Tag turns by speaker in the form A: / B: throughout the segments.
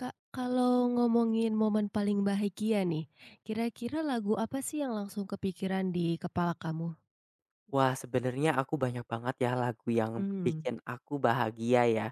A: Kak, kalau ngomongin momen paling bahagia nih, kira-kira lagu apa sih yang langsung kepikiran di kepala kamu?
B: Wah, sebenarnya aku banyak banget ya lagu yang
A: Mmm,
B: bikin aku bahagia ya,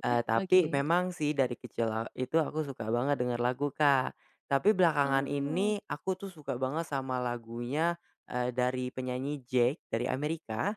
A: oke.
B: tapi memang sih dari kecil itu aku suka banget denger lagu, Kak. Tapi belakangan
A: Oh.
B: ini aku tuh suka banget sama lagunya, dari penyanyi Jake dari Amerika,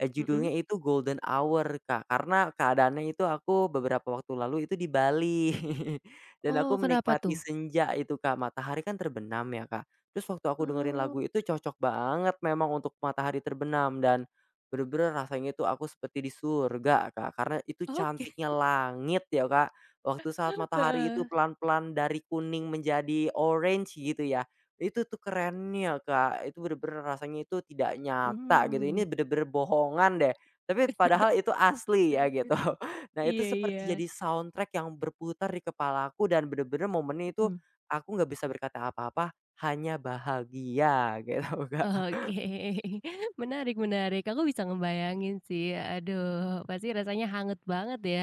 A: Mhm.
B: judulnya itu Golden Hour, Kak. Karena keadaannya itu aku beberapa waktu lalu itu di Bali dan
A: Oh,
B: aku
A: kenapa
B: menikmati
A: tuh?
B: senja itu, Kak, matahari kan terbenam ya, Kak. Terus waktu aku dengerin lagu
A: Oh,
B: itu cocok banget memang untuk matahari terbenam dan bener-bener rasanya itu aku seperti di surga, Kak, karena itu
A: oke.
B: cantiknya langit ya, Kak. Waktu saat matahari itu
A: Heeh.
B: pelan-pelan dari kuning menjadi orange gitu ya. Itu tuh kerennya, Kak, itu bener-bener rasanya itu tidak nyata gitu,
A: Mmm.
B: ini bener-bener bohongan deh, tapi padahal itu asli ya gitu. Nah itu
A: Iya,
B: seperti
A: iya,
B: jadi soundtrack yang berputar di kepala aku dan bener-bener momennya itu
A: mhm,
B: aku nggak bisa berkata apa-apa hanya bahagia gitu, Kak.
A: oke. Menarik, menarik, aku bisa ngebayangin sih, aduh, pasti rasanya hangat banget ya.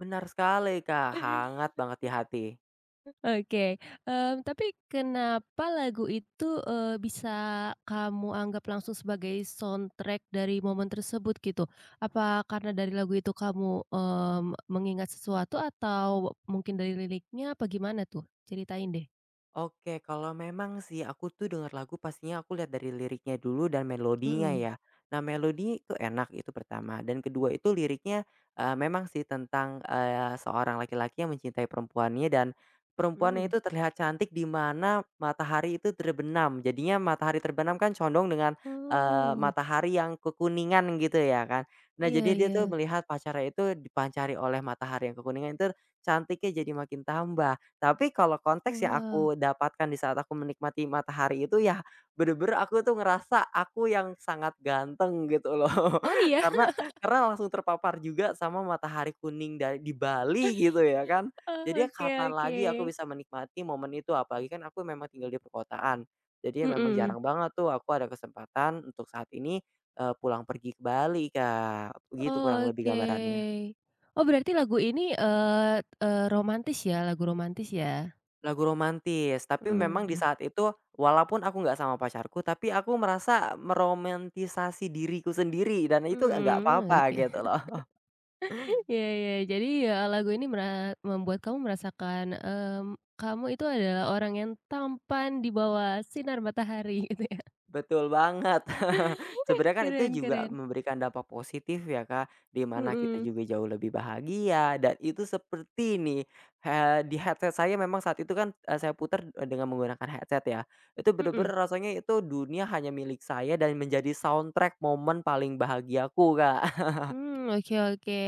B: Benar sekali, Kak, hangat banget di hati.
A: Oke, tapi kenapa lagu itu bisa kamu anggap langsung sebagai soundtrack dari momen tersebut gitu? Apa karena dari lagu itu kamu mengingat sesuatu atau mungkin dari liriknya apa gimana tuh? Ceritain deh.
B: Oke, kalau memang sih aku tuh denger lagu pastinya aku lihat dari liriknya dulu dan melodinya
A: Mhm,
B: ya. Nah, melodi itu enak itu pertama dan kedua itu liriknya memang sih tentang, seorang laki-laki yang mencintai perempuannya dan
A: mmm.
B: perempuannya itu terlihat cantik di mana matahari itu terbenam. Jadinya matahari terbenam kan condong dengan,
A: Oh,
B: matahari yang kekuningan gitu ya kan. Nah,
A: iya,
B: jadi dia
A: iya.
B: tuh melihat pacarnya itu dipancari oleh matahari yang kekuningan itu cantiknya jadi makin tambah. Tapi kalau konteks yang
A: Wah.
B: aku dapatkan di saat aku menikmati matahari itu ya bener-bener aku tuh ngerasa aku yang sangat ganteng gitu loh.
A: Oh, iya?
B: Karena karena langsung terpapar juga sama matahari kuning dari di Bali gitu ya kan.
A: Oh,
B: Jadi ya
A: oke,
B: kapan lagi aku
A: oke.
B: bisa menikmati momen itu apalagi kan aku memang tinggal di perkotaan. Jadi ya memang
A: Mhm.
B: jarang banget tuh aku ada kesempatan untuk saat ini, pulang pergi ke Bali, Kak. Begitu kurang lebih
A: Oke.
B: gambarannya.
A: Oh, berarti lagu ini, eee eee, romantis ya, lagu romantis ya?
B: Lagu romantis, tapi memang di
A: Mmm,
B: saat itu walaupun aku nggak sama pacarku, tapi aku merasa meromantisasi diriku sendiri dan itu nggak
A: mmm,
B: apa-apa
A: oke.
B: gitu loh.
A: Ya, ya. Jadi ya lagu ini membuat kamu merasakan kamu itu adalah orang yang tampan di bawah sinar matahari gitu ya.
B: Betul banget. Sebenarnya kan
A: Keren,
B: itu juga
A: keren.
B: memberikan dampak positif ya Kak, di mana kita
A: Mhm,
B: juga jauh lebih bahagia dan itu seperti nih, di headset saya memang saat itu kan, saya putar dengan menggunakan headset ya, itu
A: mhm.
B: bener-bener rasanya itu dunia hanya milik saya dan menjadi soundtrack momen paling bahagiaku Kak.
A: Mmm, oke, oke.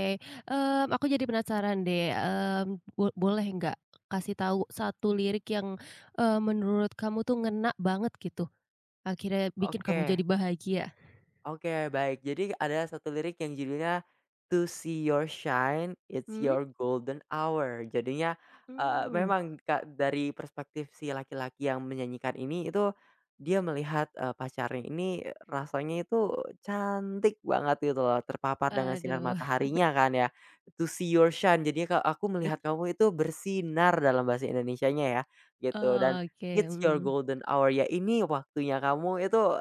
A: Mmm, aku jadi penasaran deh boleh nggak kasih tahu satu lirik yang menurut kamu tuh ngena banget gitu, akhirnya bikin kamu
B: Oke.
A: jadi bahagia?
B: Oke, baik. Jadi ada satu lirik yang judulnya "To See Your Shine, It's
A: Mmm?
B: Your Golden Hour." Jadinya,
A: Mmm,
B: memang dari perspektif si laki-laki yang menyanyikan ini itu dia melihat, pacarnya ini rasanya itu cantik banget gitu loh, terpapar dengan sinar
A: aduh.
B: mataharinya kan ya. "To see your shine," jadinya aku melihat kamu itu bersinar dalam bahasa Indonesianya ya, gitu. Dan,
A: Oke,
B: "It's your
A: mhm.
B: golden hour," ya ini waktunya kamu itu,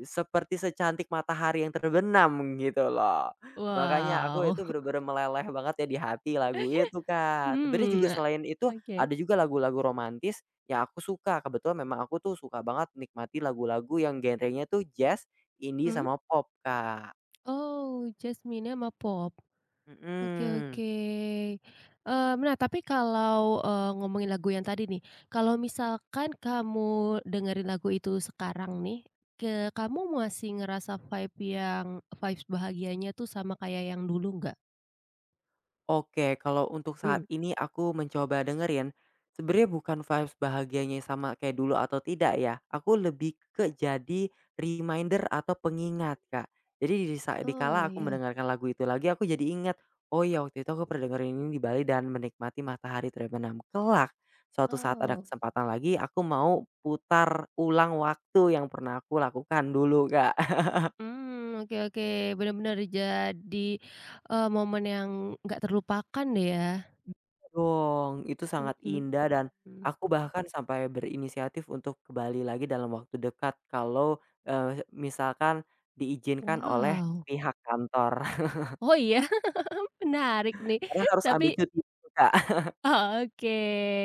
B: seperti secantik matahari yang terbenam gitu loh. Makanya aku
A: Wow.
B: itu bener-bener meleleh banget ya di hati lagu itu, Kak. Sebenarnya
A: Hmm,
B: juga selain itu
A: oke,
B: ada juga lagu-lagu romantis yang aku suka, kebetulan memang aku tuh suka banget nikmati lagu-lagu yang genrenya tuh jazz, indie,
A: hmm,
B: sama pop, Kak.
A: oh, Jasmine sama pop. Oke,
B: Mhm.
A: oke. Nah tapi kalau ngomongin lagu yang tadi nih, kalau misalkan kamu dengerin lagu itu sekarang nih, ke kamu masih ngerasa vibes bahagianya tuh sama kayak yang dulu nggak?
B: Oke, kalau untuk saat
A: Hmm,
B: ini aku mencoba dengerin, sebenarnya bukan vibes bahagianya sama kayak dulu atau tidak ya. Aku lebih ke jadi reminder atau pengingat, Kak. Jadi
A: oh,
B: dikala aku
A: iya.
B: mendengarkan lagu itu lagi, aku jadi ingat, oh ya waktu itu aku pernah dengerin ini di Bali dan menikmati matahari terbenam. Kelak, suatu saat ada
A: Oh,
B: kesempatan lagi, aku mau putar ulang waktu yang pernah aku lakukan dulu, Kak.
A: hmm, oke, oke, benar-benar jadi momen yang nggak terlupakan deh ya?
B: Dong, itu sangat indah
A: Mhm,
B: dan
A: mhm.
B: aku bahkan sampai berinisiatif untuk ke Bali lagi dalam waktu dekat kalau, misalkan diizinkan oleh
A: Wow.
B: pihak kantor
A: Oh, iya? Menarik nih.
B: karena harus ambil
A: Tapi
B: cuti juga.
A: oke.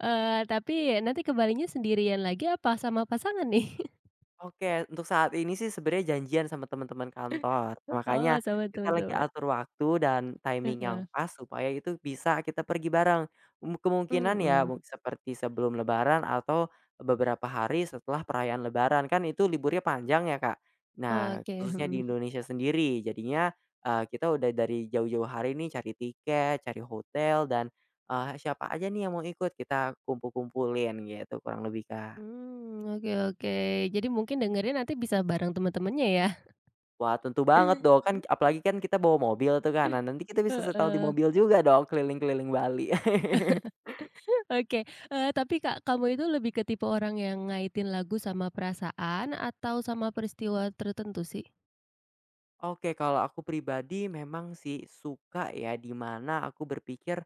A: Tapi nanti ke Balinya sendirian lagi apa sama pasangan nih?
B: Oke, untuk saat ini sih sebenarnya janjian sama teman-teman kantor. Nah, Makanya
A: Oh, sama
B: kita lagi
A: teman-teman.
B: atur waktu dan timing yang
A: Heeh.
B: pas supaya itu bisa kita pergi bareng. Kemungkinan ya
A: Mhm.
B: seperti sebelum Lebaran atau beberapa hari setelah perayaan Lebaran kan itu liburnya panjang ya Kak. Nah,
A: Oke,
B: khususnya di
A: mhm.
B: Indonesia sendiri, jadinya kita udah dari jauh-jauh hari nih cari tiket, cari hotel dan siapa aja nih yang mau ikut kita kumpul-kumpulin gitu kurang lebih Kak.
A: Mmm, oke, oke. Jadi mungkin dengerin nanti bisa bareng teman-temannya ya?
B: Wah, tentu banget dong, kan apalagi kan kita bawa mobil tuh kan. Nah, nanti kita bisa setel di
A: Heeh.
B: mobil juga dong keliling-keliling Bali.
A: Oke, tapi Kak, kamu itu lebih ke tipe orang yang ngaitin lagu sama perasaan atau sama peristiwa tertentu sih?
B: Oke, kalau aku pribadi memang sih suka ya, di mana aku berpikir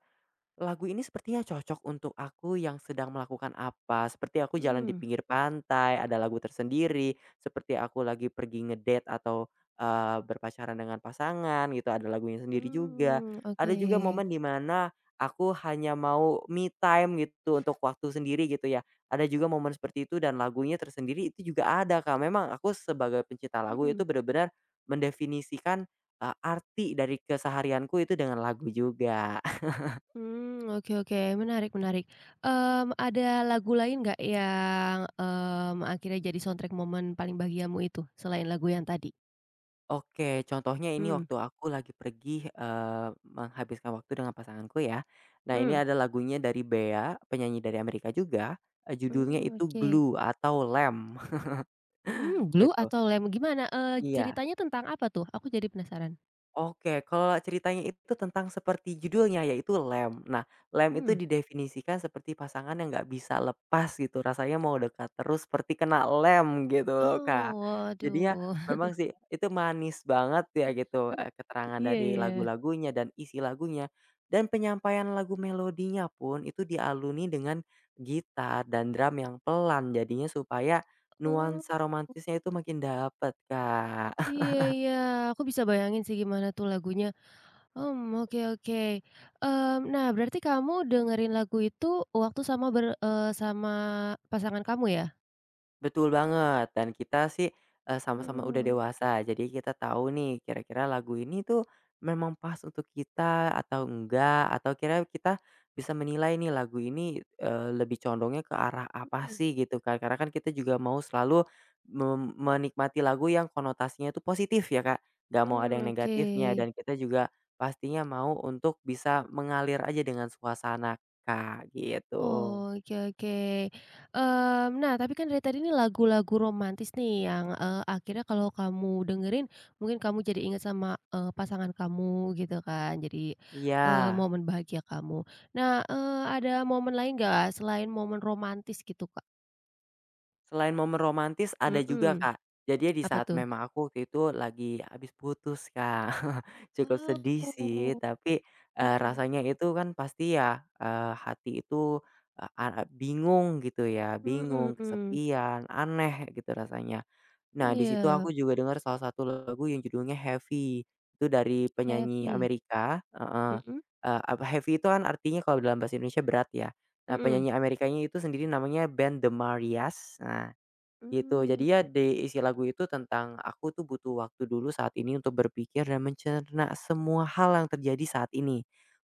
B: lagu ini sepertinya cocok untuk aku yang sedang melakukan apa, seperti aku jalan di
A: Mmm.
B: pinggir pantai, ada lagu tersendiri, seperti aku lagi pergi ngedate atau, berpacaran dengan pasangan gitu, ada lagunya sendiri juga.
A: Hmm,
B: Ada
A: oke.
B: juga momen dimana aku hanya mau me time gitu, untuk waktu sendiri gitu ya. Ada juga momen seperti itu dan lagunya tersendiri itu juga ada, Kak. Memang aku sebagai pencinta lagu itu
A: Mhm.
B: benar-benar mendefinisikan, arti dari keseharianku itu dengan lagu juga.
A: Mmm, oke, oke, menarik, menarik. Ada lagu lain nggak yang akhirnya jadi soundtrack momen paling bahagiamu itu, selain lagu yang tadi?
B: Oke, contohnya ini
A: Hmm,
B: waktu aku lagi pergi, menghabiskan waktu dengan pasanganku ya. Nah, ini
A: mmm,
B: ada lagunya dari Bea, penyanyi dari Amerika juga, judulnya
A: mmm,
B: itu
A: oke.
B: Glue atau Lem
A: Hmm, Blue
B: gitu.
A: atau Lem gimana
B: Iya.
A: ceritanya tentang apa tuh? Aku jadi penasaran.
B: Oke, kalau ceritanya itu tentang seperti judulnya, yaitu lem. Nah, lem itu
A: Hmm,
B: didefinisikan seperti pasangan yang nggak bisa lepas gitu, rasanya mau dekat terus seperti kena lem gitu loh, Kak.
A: oh,
B: Jadinya
A: waduh.
B: memang sih itu manis banget ya gitu, keterangan
A: Iya,
B: dari
A: iya.
B: lagu-lagunya dan isi lagunya, dan penyampaian lagu melodinya pun itu dialuni dengan gitar dan drum yang pelan, jadinya supaya
A: Oh,
B: nuansa romantisnya itu makin dapet, Kak.
A: iya, iya, aku bisa bayangin sih gimana tuh lagunya. Mmm, oke, oke. Mmm, nah berarti kamu dengerin lagu itu waktu sama sama pasangan kamu ya?
B: Betul banget dan kita sih, sama-sama udah
A: Mhm,
B: dewasa jadi kita tahu nih kira-kira lagu ini tuh memang pas untuk kita atau enggak atau kira kita bisa menilai nih lagu ini, lebih condongnya ke arah apa
A: mhm.
B: sih gitu kan karena kan kita juga mau selalu menikmati lagu yang konotasinya itu positif ya Kak, nggak mau ada
A: Mmm,
B: yang
A: oke.
B: negatifnya dan kita juga pastinya mau untuk bisa mengalir aja dengan suasana Kak, gitu.
A: Oh, oke, oke. Mmm, nah tapi kan dari tadi nih lagu-lagu romantis nih yang akhirnya kalau kamu dengerin mungkin kamu jadi ingat sama pasangan kamu gitu kan, jadi
B: Iya.
A: momen bahagia kamu. Nah, ada momen lain nggak selain momen romantis gitu, Kak?
B: Selain momen romantis ada juga,
A: Mhm,
B: Kak. Jadinya di
A: apa
B: saat
A: tuh?
B: memang aku waktu itu lagi habis putus, Kak. Cukup sedih
A: Oh,
B: sih, tapi,
A: oke.
B: rasanya itu kan pasti ya, hati itu, eee, a bingung gitu ya,
A: Mhm,
B: bingung,
A: mhm.
B: kesepian, aneh gitu rasanya. Nah, di situ
A: Iya,
B: aku juga dengar salah satu lagu yang judulnya Heavy, itu dari penyanyi
A: heavy.
B: Amerika heeh,
A: Mhm,
B: apa heavy itu kan artinya kalau dalam bahasa Indonesia berat ya. Nah,
A: mhm.
B: penyanyi Amerikanya itu sendiri namanya Ben The Marias. Nah gitu,
A: Mmm,
B: jadi ya di isi lagu itu tentang aku tuh butuh waktu dulu saat ini untuk berpikir dan mencerna semua hal yang terjadi saat ini.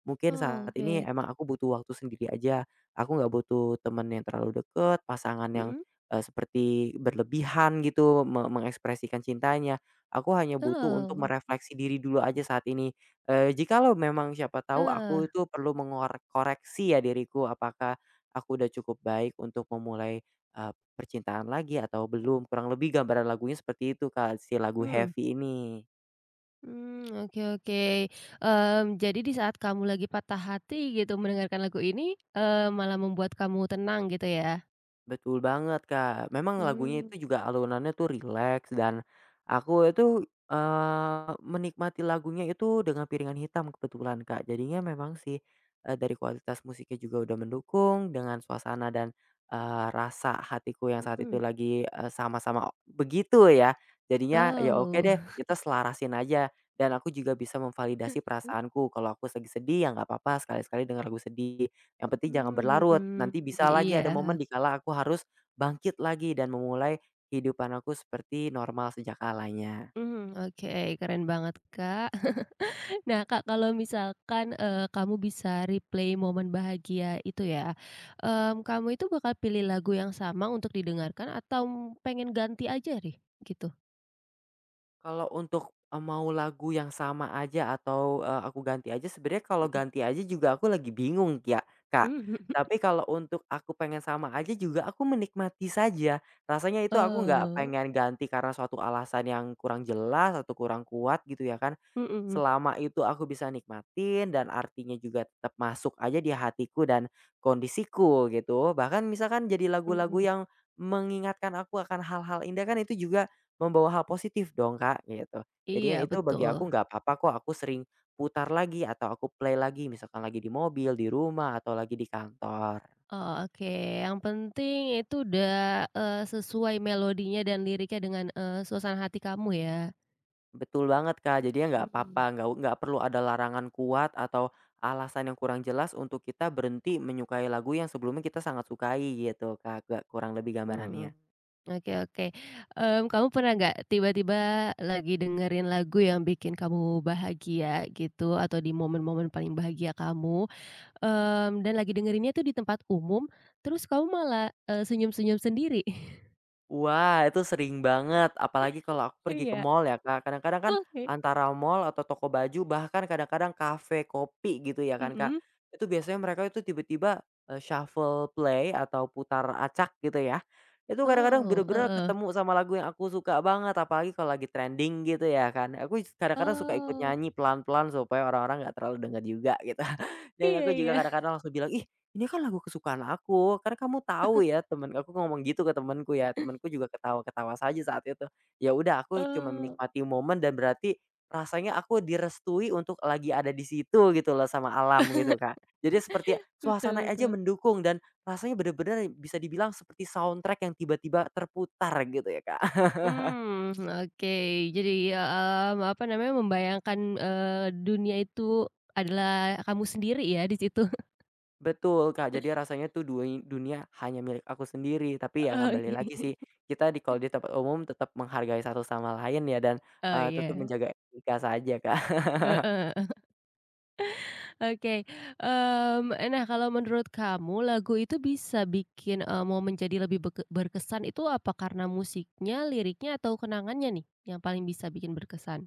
B: Mungkin
A: oh,
B: saat ini
A: oke.
B: emang aku butuh waktu sendiri aja, aku nggak butuh temen yang terlalu deket, pasangan yang,
A: Mhm.
B: seperti berlebihan gitu mengekspresikan cintanya. Aku hanya butuh untuk
A: Oh,
B: merefleksi diri dulu aja saat ini. Jikalau memang siapa tahu
A: eh,
B: aku itu perlu mengoreksi ya diriku, apakah aku udah cukup baik untuk memulai, percintaan lagi atau belum, kurang lebih gambaran lagunya seperti itu, Kak, si lagu
A: mmm,
B: Heavy ini.
A: mmm, oke, oke. Mmm, jadi di saat kamu lagi patah hati gitu mendengarkan lagu ini malah membuat kamu tenang gitu ya?
B: Betul banget, Kak. Memang lagunya
A: Mmm,
B: itu juga alunannya tuh rileks dan aku itu, menikmati lagunya itu dengan piringan hitam kebetulan, Kak. Jadinya memang sih, dari kualitas musiknya juga udah mendukung dengan suasana dan, rasa hatiku yang saat
A: mhm.
B: itu lagi, sama-sama begitu ya. Jadinya, ya oke
A: Oh,
B: deh kita selarasin aja dan aku juga bisa memvalidasi perasaanku kalau aku lagi sedih, ya nggak apa-apa sekali-sekali denger lagu sedih. Yang penting jangan
A: mhm,
B: berlarut,
A: mhm.
B: nanti bisa lagi
A: Iya,
B: ada momen di kala aku harus bangkit lagi dan memulai kehidupan aku seperti normal sejak kalanya.
A: mmm, oke, keren banget, Kak. Nah, Kak, kalau misalkan kamu bisa replay momen bahagia itu ya kamu itu bakal pilih lagu yang sama untuk didengarkan atau pengen ganti aja nih, gitu?
B: Kalau untuk, mau lagu yang sama aja atau, aku ganti aja sebenarnya kalau
A: Mhm,
B: ganti aja juga aku lagi bingung ya, Kak.
A: mmm, mhm.
B: Tapi kalau untuk aku pengen sama aja juga aku menikmati saja. Rasanya itu aku nggak
A: Oh,
B: pengen ganti karena suatu alasan yang kurang jelas atau kurang kuat gitu ya kan.
A: mhm, mhm.
B: Selama itu aku bisa nikmatin dan artinya juga tetap masuk aja di hatiku dan kondisiku gitu. Bahkan misalkan jadi lagu-lagu yang mengingatkan aku akan hal-hal indah kan itu juga membawa hal positif dong, Kak, gitu. Jadinya
A: Iya,
B: itu bagi
A: betul.
B: aku nggak apa-apa kok aku sering putar lagi atau aku play lagi misalkan lagi di mobil, di rumah, atau lagi di kantor.
A: Oh, oke, yang penting itu udah sesuai melodinya dan liriknya dengan suasana hati kamu ya.
B: Betul banget, Kak, jadinya nggak apa-apa,
A: Mhm.
B: nggak perlu ada larangan kuat atau alasan yang kurang jelas untuk kita berhenti menyukai lagu yang sebelumnya kita sangat sukai gitu, Kak, gak kurang lebih
A: Hmm,
B: gambarannya.
A: oke, oke. Mmm, kamu pernah nggak tiba-tiba lagi dengerin lagu yang bikin kamu bahagia gitu atau di momen-momen paling bahagia kamu dan lagi dengerinnya tuh di tempat umum, terus kamu malah senyum-senyum sendiri?
B: Wah, itu sering banget, apalagi kalau aku pergi ke
A: Iya,
B: mall ya, Kak. Kadang-kadang kan
A: oke.
B: antara mall atau toko baju, bahkan kadang-kadang kafe, kopi gitu ya kan, Kak.
A: Mhm.
B: Itu biasanya mereka itu tiba-tiba, shuffle play atau putar acak gitu ya. Itu kadang-kadang
A: Oh,
B: bener-bener
A: heeh.
B: ketemu sama lagu yang aku suka banget, apalagi kalau lagi trending gitu ya kan. Aku kadang-kadang suka ikut
A: Oh,
B: nyanyi pelan-pelan supaya orang-orang nggak terlalu denger juga gitu. Dan
A: iya,
B: aku juga
A: iya.
B: kadang-kadang langsung bilang, "Ih, ini kan lagu kesukaan aku, karena kamu tahu ya?" Temen aku ngomong gitu ke temanku ya, temanku juga ketawa-ketawa saja saat itu. Ya udah aku cuma
A: Oh,
B: menikmati momen dan berarti rasanya aku direstui untuk lagi ada di situ gitu loh sama alam gitu, Kak. Jadi seperti suasana
A: betul,
B: aja
A: betul.
B: mendukung dan rasanya bener-bener bisa dibilang seperti soundtrack yang tiba-tiba terputar gitu ya, Kak.
A: Mmm, oke. Jadi apa namanya, membayangkan dunia itu adalah kamu sendiri ya di situ?
B: Betul, Kak, jadi rasanya tuh dua dunia hanya milik aku sendiri, tapi ya kembali lagi
A: Oke.
B: sih, kita di kalau di tempat umum tetap menghargai satu sama lain ya dan,
A: Oh,
B: tetap
A: iya.
B: menjaga etika saja, Kak.
A: Heeh. Oke nah kalau menurut kamu lagu itu bisa bikin momen jadi lebih berkesan itu apa karena musiknya, liriknya, atau kenangannya nih yang paling bisa bikin berkesan?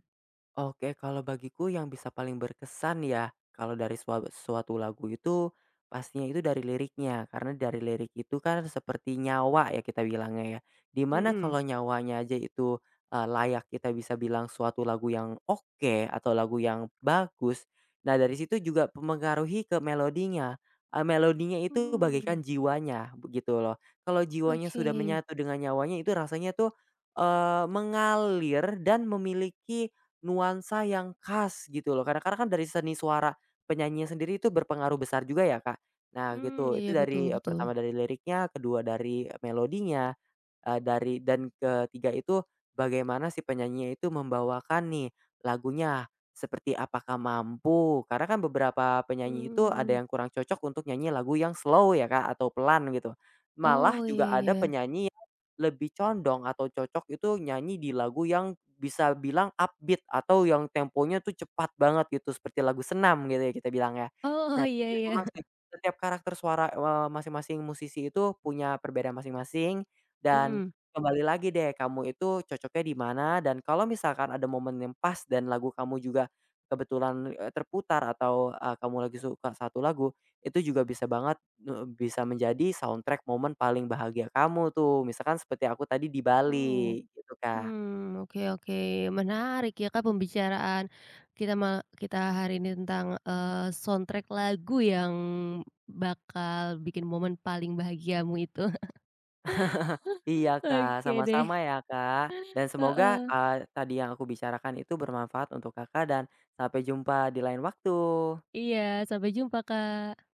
B: Oke, kalau bagiku yang bisa paling berkesan ya, kalau dari suatu lagu itu, pastinya itu dari liriknya. Karena dari lirik itu kan seperti nyawa ya kita bilangnya ya. Dimana
A: Mhm.
B: kalau nyawanya aja itu, layak kita bisa bilang suatu lagu yang oke atau lagu yang bagus. Nah dari situ juga mempengaruhi ke melodinya, melodinya itu
A: Mmm,
B: bagaikan jiwanya, begitu loh. Kalau jiwanya
A: oke.
B: sudah menyatu dengan nyawanya itu rasanya tuh, mengalir dan memiliki nuansa yang khas gitu loh. Karena kan dari seni suara penyanyinya sendiri itu berpengaruh besar juga ya, Kak. Nah
A: Mmm,
B: gitu, itu
A: iya, betul,
B: dari,
A: betul.
B: pertama dari liriknya, kedua dari melodinya, eee, dari dan ketiga itu bagaimana si penyanyinya itu membawakan nih lagunya, seperti apakah mampu. Karena kan beberapa penyanyi itu ada
A: Mmm,
B: yang kurang cocok untuk nyanyi lagu yang slow ya, Kak, atau pelan gitu. Malah
A: oh, iya,
B: juga ada
A: iya.
B: penyanyi lebih condong atau cocok itu nyanyi di lagu yang bisa bilang upbeat atau yang temponya tuh cepat banget gitu seperti lagu senam gitu ya kita bilang ya.
A: Oh,
B: Nah
A: iya,
B: jadi
A: iya.
B: memang sih setiap karakter suara, masing-masing musisi itu punya perbedaan masing-masing dan
A: Mhm.
B: kembali lagi deh kamu itu cocoknya di mana dan kalau misalkan ada momen yang pas dan lagu kamu juga kebetulan, terputar atau, kamu lagi suka satu lagu, itu juga bisa banget heeh, bisa menjadi soundtrack momen paling bahagia kamu tuh, misalkan seperti aku tadi di
A: Oh.
B: Bali gitu, Kak.
A: Hmm. Oke, oke, menarik ya Kak, pembicaraan kita kita hari ini tentang soundtrack lagu yang bakal bikin momen paling bahagiamu itu.
B: Iya, Kak,
A: Oke deh,
B: sama-sama ya, Kak, dan semoga,
A: heeh.
B: tadi yang aku bicarakan itu bermanfaat untuk Kakak dan sampai jumpa di lain waktu.
A: Iya, sampai jumpa Kak.